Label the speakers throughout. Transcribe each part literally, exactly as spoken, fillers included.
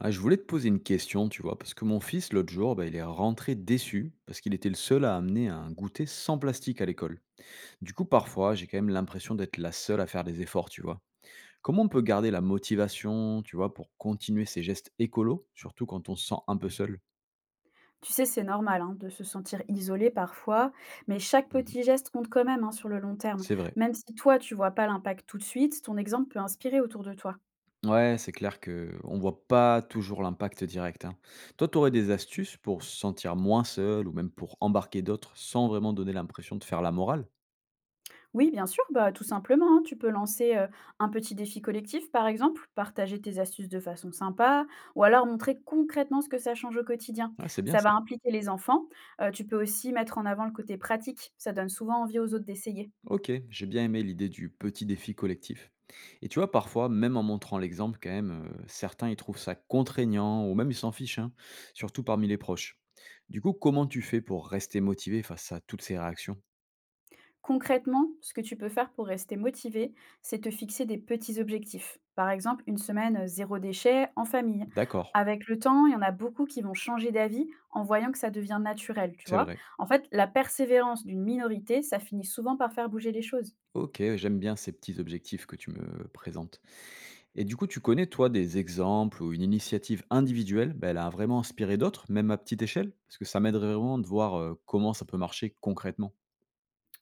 Speaker 1: Ah, je voulais te poser une question, tu vois, parce que mon fils, l'autre jour, bah, il est rentré déçu parce qu'il était le seul à amener un goûter sans plastique à l'école. Du coup, parfois, j'ai quand même l'impression d'être la seule à faire des efforts, tu vois. Comment on peut garder la motivation, tu vois, pour continuer ces gestes écolos, surtout quand on se sent un peu seul.
Speaker 2: Tu sais, c'est normal hein, de se sentir isolé parfois, mais chaque
Speaker 1: Mhm.
Speaker 2: petit geste compte quand même hein, sur le long terme.
Speaker 1: C'est vrai.
Speaker 2: Même si toi, tu vois pas l'impact tout de suite, ton exemple peut inspirer autour de toi.
Speaker 1: Ouais, c'est clair que on voit pas toujours l'impact direct, hein. Toi, tu aurais des astuces pour se sentir moins seul ou même pour embarquer d'autres sans vraiment donner l'impression de faire la morale?
Speaker 2: Oui, bien sûr, bah, tout simplement, hein, tu peux lancer euh, un petit défi collectif, par exemple, partager tes astuces de façon sympa, ou alors montrer concrètement ce que ça change au quotidien.
Speaker 1: Ouais, c'est bien.
Speaker 2: Ça va impliquer les enfants. Euh, tu peux aussi mettre en avant le côté pratique, ça donne souvent envie aux autres d'essayer.
Speaker 1: Ok, j'ai bien aimé l'idée du petit défi collectif. Et tu vois, parfois, même en montrant l'exemple, quand même, euh, certains ils trouvent ça contraignant ou même ils s'en fichent, hein, surtout parmi les proches. Du coup, comment tu fais pour rester motivé face à toutes ces réactions?
Speaker 2: Concrètement, ce que tu peux faire pour rester motivé, c'est te fixer des petits objectifs. Par exemple, une semaine euh, zéro déchet en famille.
Speaker 1: D'accord,
Speaker 2: Avec le temps, il y en a beaucoup qui vont changer d'avis en voyant que ça devient naturel, tu
Speaker 1: c'est
Speaker 2: vois.
Speaker 1: vrai.
Speaker 2: En fait, la persévérance d'une minorité, ça finit souvent par faire bouger les choses.
Speaker 1: Ok, j'aime bien ces petits objectifs que tu me présentes. Et du coup, tu connais, toi, des exemples ou une initiative individuelle, ben, elle a vraiment inspiré d'autres, même à petite échelle? Parce que ça m'aiderait vraiment de voir euh, comment ça peut marcher concrètement.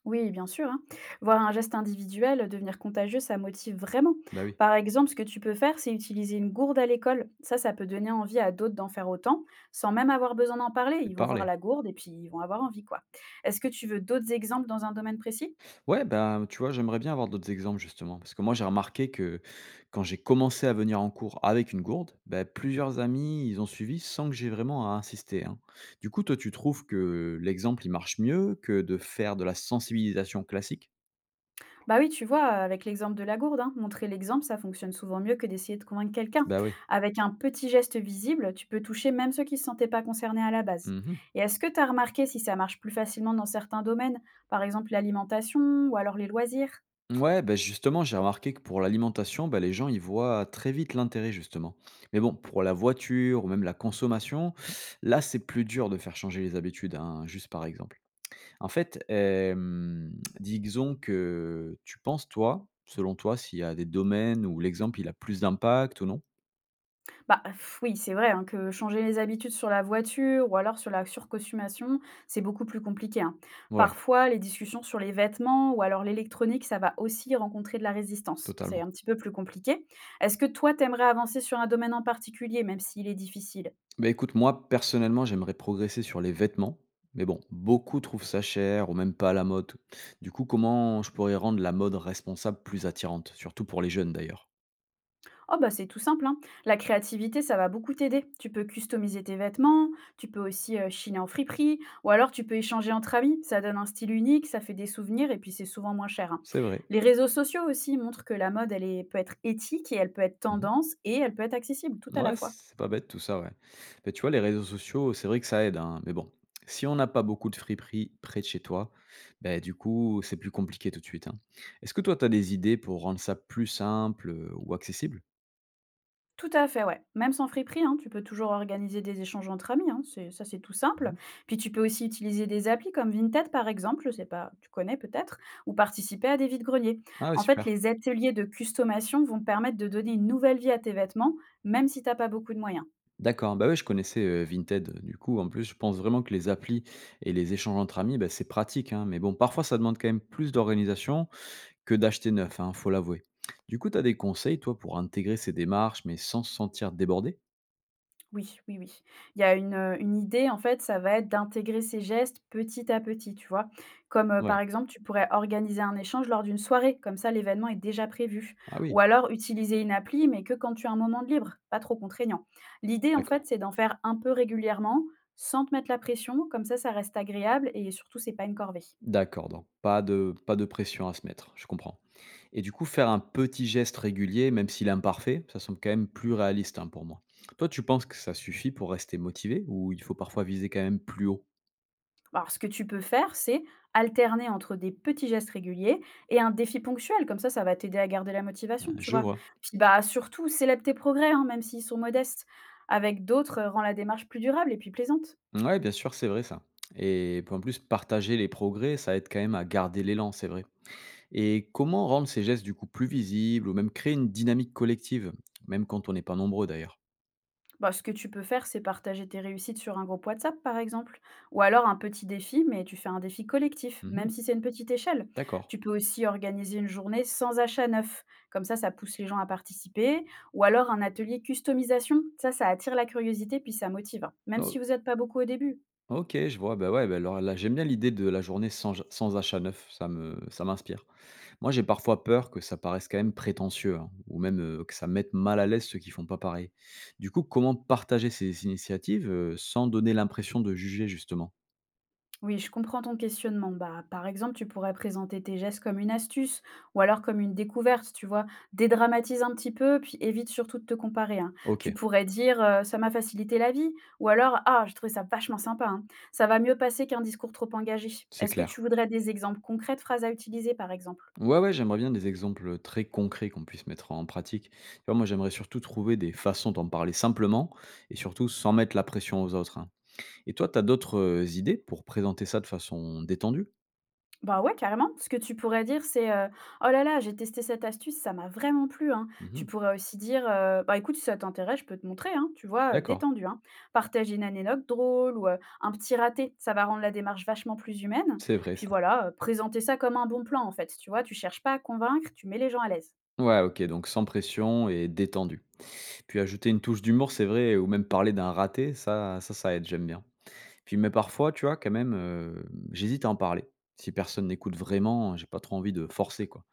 Speaker 2: Oui, bien sûr, hein. Voir un geste individuel devenir contagieux, ça motive vraiment.
Speaker 1: Bah oui,
Speaker 2: Par exemple, ce que tu peux faire, c'est utiliser une gourde à l'école. Ça, ça peut donner envie à d'autres d'en faire autant, sans même avoir besoin d'en parler.
Speaker 1: et
Speaker 2: Ils
Speaker 1: de
Speaker 2: vont voir
Speaker 1: parler.
Speaker 2: la gourde et puis ils vont avoir envie, quoi. Est-ce que tu veux d'autres exemples dans un domaine précis?
Speaker 1: Ouais, bah, tu vois, j'aimerais bien avoir d'autres exemples justement. Parce que moi, j'ai remarqué que quand j'ai commencé à venir en cours avec une gourde, bah, plusieurs amis, ils ont suivi sans que j'ai vraiment à insister, hein. Du coup, toi, tu trouves que l'exemple, il marche mieux que de faire de la sensibilisation classique?
Speaker 2: Bah oui, tu vois, avec l'exemple de la gourde, hein, montrer l'exemple, ça fonctionne souvent mieux que d'essayer de convaincre quelqu'un.
Speaker 1: Bah oui.
Speaker 2: Avec un petit geste visible, tu peux toucher même ceux qui ne se sentaient pas concernés à la base.
Speaker 1: Mhm.
Speaker 2: Et est-ce que tu as remarqué si ça marche plus facilement dans certains domaines, par exemple l'alimentation ou alors les loisirs?
Speaker 1: Ouais, bah justement, j'ai remarqué que pour l'alimentation, bah, les gens, ils voient très vite l'intérêt justement. Mais bon, pour la voiture ou même la consommation, là, c'est plus dur de faire changer les habitudes, hein, juste par exemple. En fait, hem, disons que tu penses toi, selon toi, s'il y a des domaines où l'exemple il a plus d'impact ou non?
Speaker 2: Bah, pff, oui, c'est vrai, hein, que changer les habitudes sur la voiture ou alors sur la surconsommation, c'est beaucoup plus compliqué, hein.
Speaker 1: Ouais,
Speaker 2: Parfois, les discussions sur les vêtements ou alors l'électronique, ça va aussi rencontrer de la résistance. C'est
Speaker 1: totalement.
Speaker 2: un petit peu plus compliqué. Est-ce que toi, t'aimerais avancer sur un domaine en particulier, même s'il est difficile?
Speaker 1: Bah, écoute, moi, personnellement, j'aimerais progresser sur les vêtements, mais bon, beaucoup trouvent ça cher ou même pas à la mode. Du coup, comment je pourrais rendre la mode responsable plus attirante? Surtout pour les jeunes, d'ailleurs.
Speaker 2: Oh bah c'est tout simple, hein. La créativité, ça va beaucoup t'aider. Tu peux customiser tes vêtements, tu peux aussi euh, chiner en friperie, ou alors tu peux échanger entre amis. Ça donne un style unique, ça fait des souvenirs et puis c'est souvent moins cher, hein.
Speaker 1: C'est vrai.
Speaker 2: Les réseaux sociaux aussi montrent que la mode, elle est- peut être éthique et elle peut être
Speaker 1: Mmh.
Speaker 2: tendance et elle peut être accessible tout à la
Speaker 1: Ouais,
Speaker 2: fois.
Speaker 1: c'est pas bête tout ça, ouais. Mais tu vois, les réseaux sociaux, c'est vrai que ça aide, hein, mais bon, si on n'a pas beaucoup de friperies près de chez toi, ben du coup, c'est plus compliqué tout de suite, hein. Est-ce que toi, tu as des idées pour rendre ça plus simple, heu, ou accessible?
Speaker 2: Tout à fait, ouais. Même sans friperie, hein, tu peux toujours organiser des échanges entre amis, hein, c'est ça c'est tout simple.
Speaker 1: Mmh.
Speaker 2: Puis tu peux aussi utiliser des applis comme Vinted par exemple, je sais pas, tu connais peut-être, ou participer à des vides-greniers.
Speaker 1: Ah ouais,
Speaker 2: En fait,
Speaker 1: super.
Speaker 2: les ateliers de customation vont permettre de donner une nouvelle vie à tes vêtements, même si t'as pas beaucoup de moyens.
Speaker 1: D'accord, bah, ouais, je connaissais, heu, Vinted, du coup, en plus, je pense vraiment que les applis et les échanges entre amis, bah, c'est pratique, hein, mais bon, parfois, ça demande quand même plus d'organisation que d'acheter neuf, hein, faut l'avouer. Du coup, tu as des conseils, toi, pour intégrer ces démarches, mais sans se sentir débordé?
Speaker 2: Oui, oui, oui. Il y a une, heu, une idée, en fait, ça va être d'intégrer ces gestes petit à petit, tu vois? Comme, heu, par
Speaker 1: Ouais.
Speaker 2: exemple, tu pourrais organiser un échange lors d'une soirée, comme ça l'événement est déjà prévu.
Speaker 1: Ah
Speaker 2: Ou
Speaker 1: oui.
Speaker 2: alors utiliser une appli, mais que quand tu as un moment de libre, pas trop contraignant. L'idée, en
Speaker 1: D'accord.
Speaker 2: fait, c'est d'en faire un peu régulièrement, sans te mettre la pression, comme ça, ça reste agréable et surtout, c'est pas une corvée.
Speaker 1: D'accord, donc pas de pas de pression à se mettre, je comprends. Et du coup, faire un petit geste régulier, même s'il est imparfait, ça semble quand même plus réaliste, hein, pour moi. Toi, tu penses que ça suffit pour rester motivé ou il faut parfois viser quand même plus haut?
Speaker 2: Alors, ce que tu peux faire, c'est alterner entre des petits gestes réguliers et un défi ponctuel. Comme ça, ça va t'aider à garder la
Speaker 1: Ah,
Speaker 2: motivation, tu
Speaker 1: je
Speaker 2: vois?
Speaker 1: vois.
Speaker 2: Puis, bah, surtout, célèbre tes progrès, hein, même s'ils sont modestes. Avec d'autres, rend la démarche plus durable et puis plaisante.
Speaker 1: Ouais, bien sûr, c'est vrai ça. Et puis en plus, partager les progrès, ça aide quand même à garder l'élan, c'est vrai. Et comment rendre ces gestes du coup plus visibles ou même créer une dynamique collective, même quand on n'est pas nombreux d'ailleurs?
Speaker 2: Bah, ce que tu peux faire, c'est partager tes réussites sur un groupe WhatsApp, par exemple, ou alors un petit défi, mais tu fais un défi collectif, même
Speaker 1: Mhm,
Speaker 2: si c'est une petite échelle.
Speaker 1: d'accord.
Speaker 2: Tu peux aussi organiser une journée sans achat neuf, comme ça, ça pousse les gens à participer, ou alors un atelier customisation, ça, ça attire la curiosité, puis ça motive, hein, même si
Speaker 1: Oh,
Speaker 2: vous n'êtes pas beaucoup au début.
Speaker 1: OK, je vois, bah, ouais, bah, alors là, j'aime bien l'idée de la journée sans j sans achat neuf, ça me ça m'inspire. Moi, j'ai parfois peur que ça paraisse quand même prétentieux, hein, ou même, heu, que ça mette mal à l'aise ceux qui font pas pareil. Du coup, comment partager ces initiatives, heu, sans donner l'impression de juger justement?
Speaker 2: Oui, je comprends ton questionnement. Bah, par exemple, tu pourrais présenter tes gestes comme une astuce ou alors comme une découverte, tu vois. Dédramatise un petit peu, puis évite surtout de te comparer, hein. Tu
Speaker 1: OK,
Speaker 2: pourrais dire euh, ça m'a facilité la vie ou alors ah, j'ai trouvé ça vachement sympa, hein. Ça va mieux passer qu'un discours trop engagé.
Speaker 1: c'est
Speaker 2: Est-ce que tu
Speaker 1: clair.
Speaker 2: voudrais des exemples concrets de phrases à utiliser, par exemple?
Speaker 1: Ouais, ouais, j'aimerais bien des exemples, très concrets qu'on puisse mettre en pratique. Tu vois, moi, j'aimerais surtout trouver des façons d'en parler simplement et surtout sans mettre la pression aux autres, hein. Et toi, tu as d'autres, heu, idées pour présenter ça de façon détendue?
Speaker 2: Bah, ouais, carrément. Ce que tu pourrais dire, c'est, heu: «Oh là là, j'ai testé cette astuce, ça m'a vraiment plu, hein». Tu
Speaker 1: Mmh.
Speaker 2: pourrais aussi dire, heu: «Bah, écoute, si ça t'intéresse, je peux te montrer, hein». Tu vois, heu,
Speaker 1: D'accord,
Speaker 2: détendu, hein. Partager une anecdote drôle ou, heu, un petit raté, ça va rendre la démarche vachement plus humaine.
Speaker 1: c'est vrai
Speaker 2: Puis
Speaker 1: ça.
Speaker 2: voilà, heu, présenter ça comme un bon plan, en fait, tu vois? Tu cherches pas à convaincre, tu mets les gens à l'aise.
Speaker 1: Ouais, OK, donc sans pression et détendu. Puis ajouter une touche d'humour, c'est vrai, ou même parler d'un raté, ça ça ça aide, j'aime bien. Puis mais parfois, tu vois, quand même, heu, j'hésite à en parler. Si personne n'écoute vraiment, j'ai pas trop envie de forcer, quoi.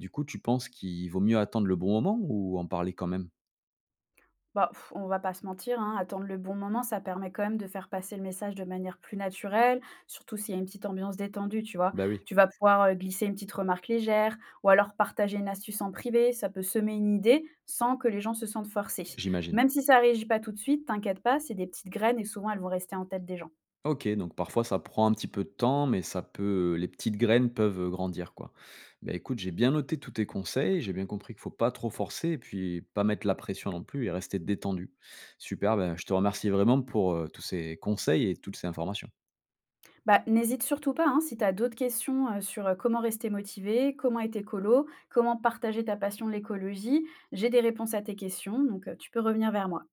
Speaker 1: Du coup, tu penses qu'il vaut mieux attendre le bon moment ou en parler quand même?
Speaker 2: Bah, pff, on va pas se mentir, hein, attendre le bon moment, ça permet quand même de faire passer le message de manière plus naturelle, surtout s'il y a une petite ambiance détendue, tu vois?
Speaker 1: Bah oui,
Speaker 2: Tu vas pouvoir, heu, glisser une petite remarque légère ou alors partager une astuce en privé, ça peut semer une idée sans que les gens se sentent forcés.
Speaker 1: j'imagine.
Speaker 2: Même si ça réagit pas tout de suite, t'inquiète pas, c'est des petites graines et souvent elles vont rester en tête des gens.
Speaker 1: OK, donc parfois ça prend un petit peu de temps, mais ça peut, les petites graines peuvent, heu, grandir, quoi. Bah, écoute, j'ai bien noté tous tes conseils, j'ai bien compris qu'il faut pas trop forcer et puis pas mettre la pression non plus et rester détendu. Super, bah, je te remercie vraiment pour, heu, tous ces conseils et toutes ces informations.
Speaker 2: Bah, n'hésite surtout pas, hein, si tu as d'autres questions, heu, sur, heu, comment rester motivé, comment être écolo, comment partager ta passion de l'écologie, j'ai des réponses à tes questions, donc heu, tu peux revenir vers moi.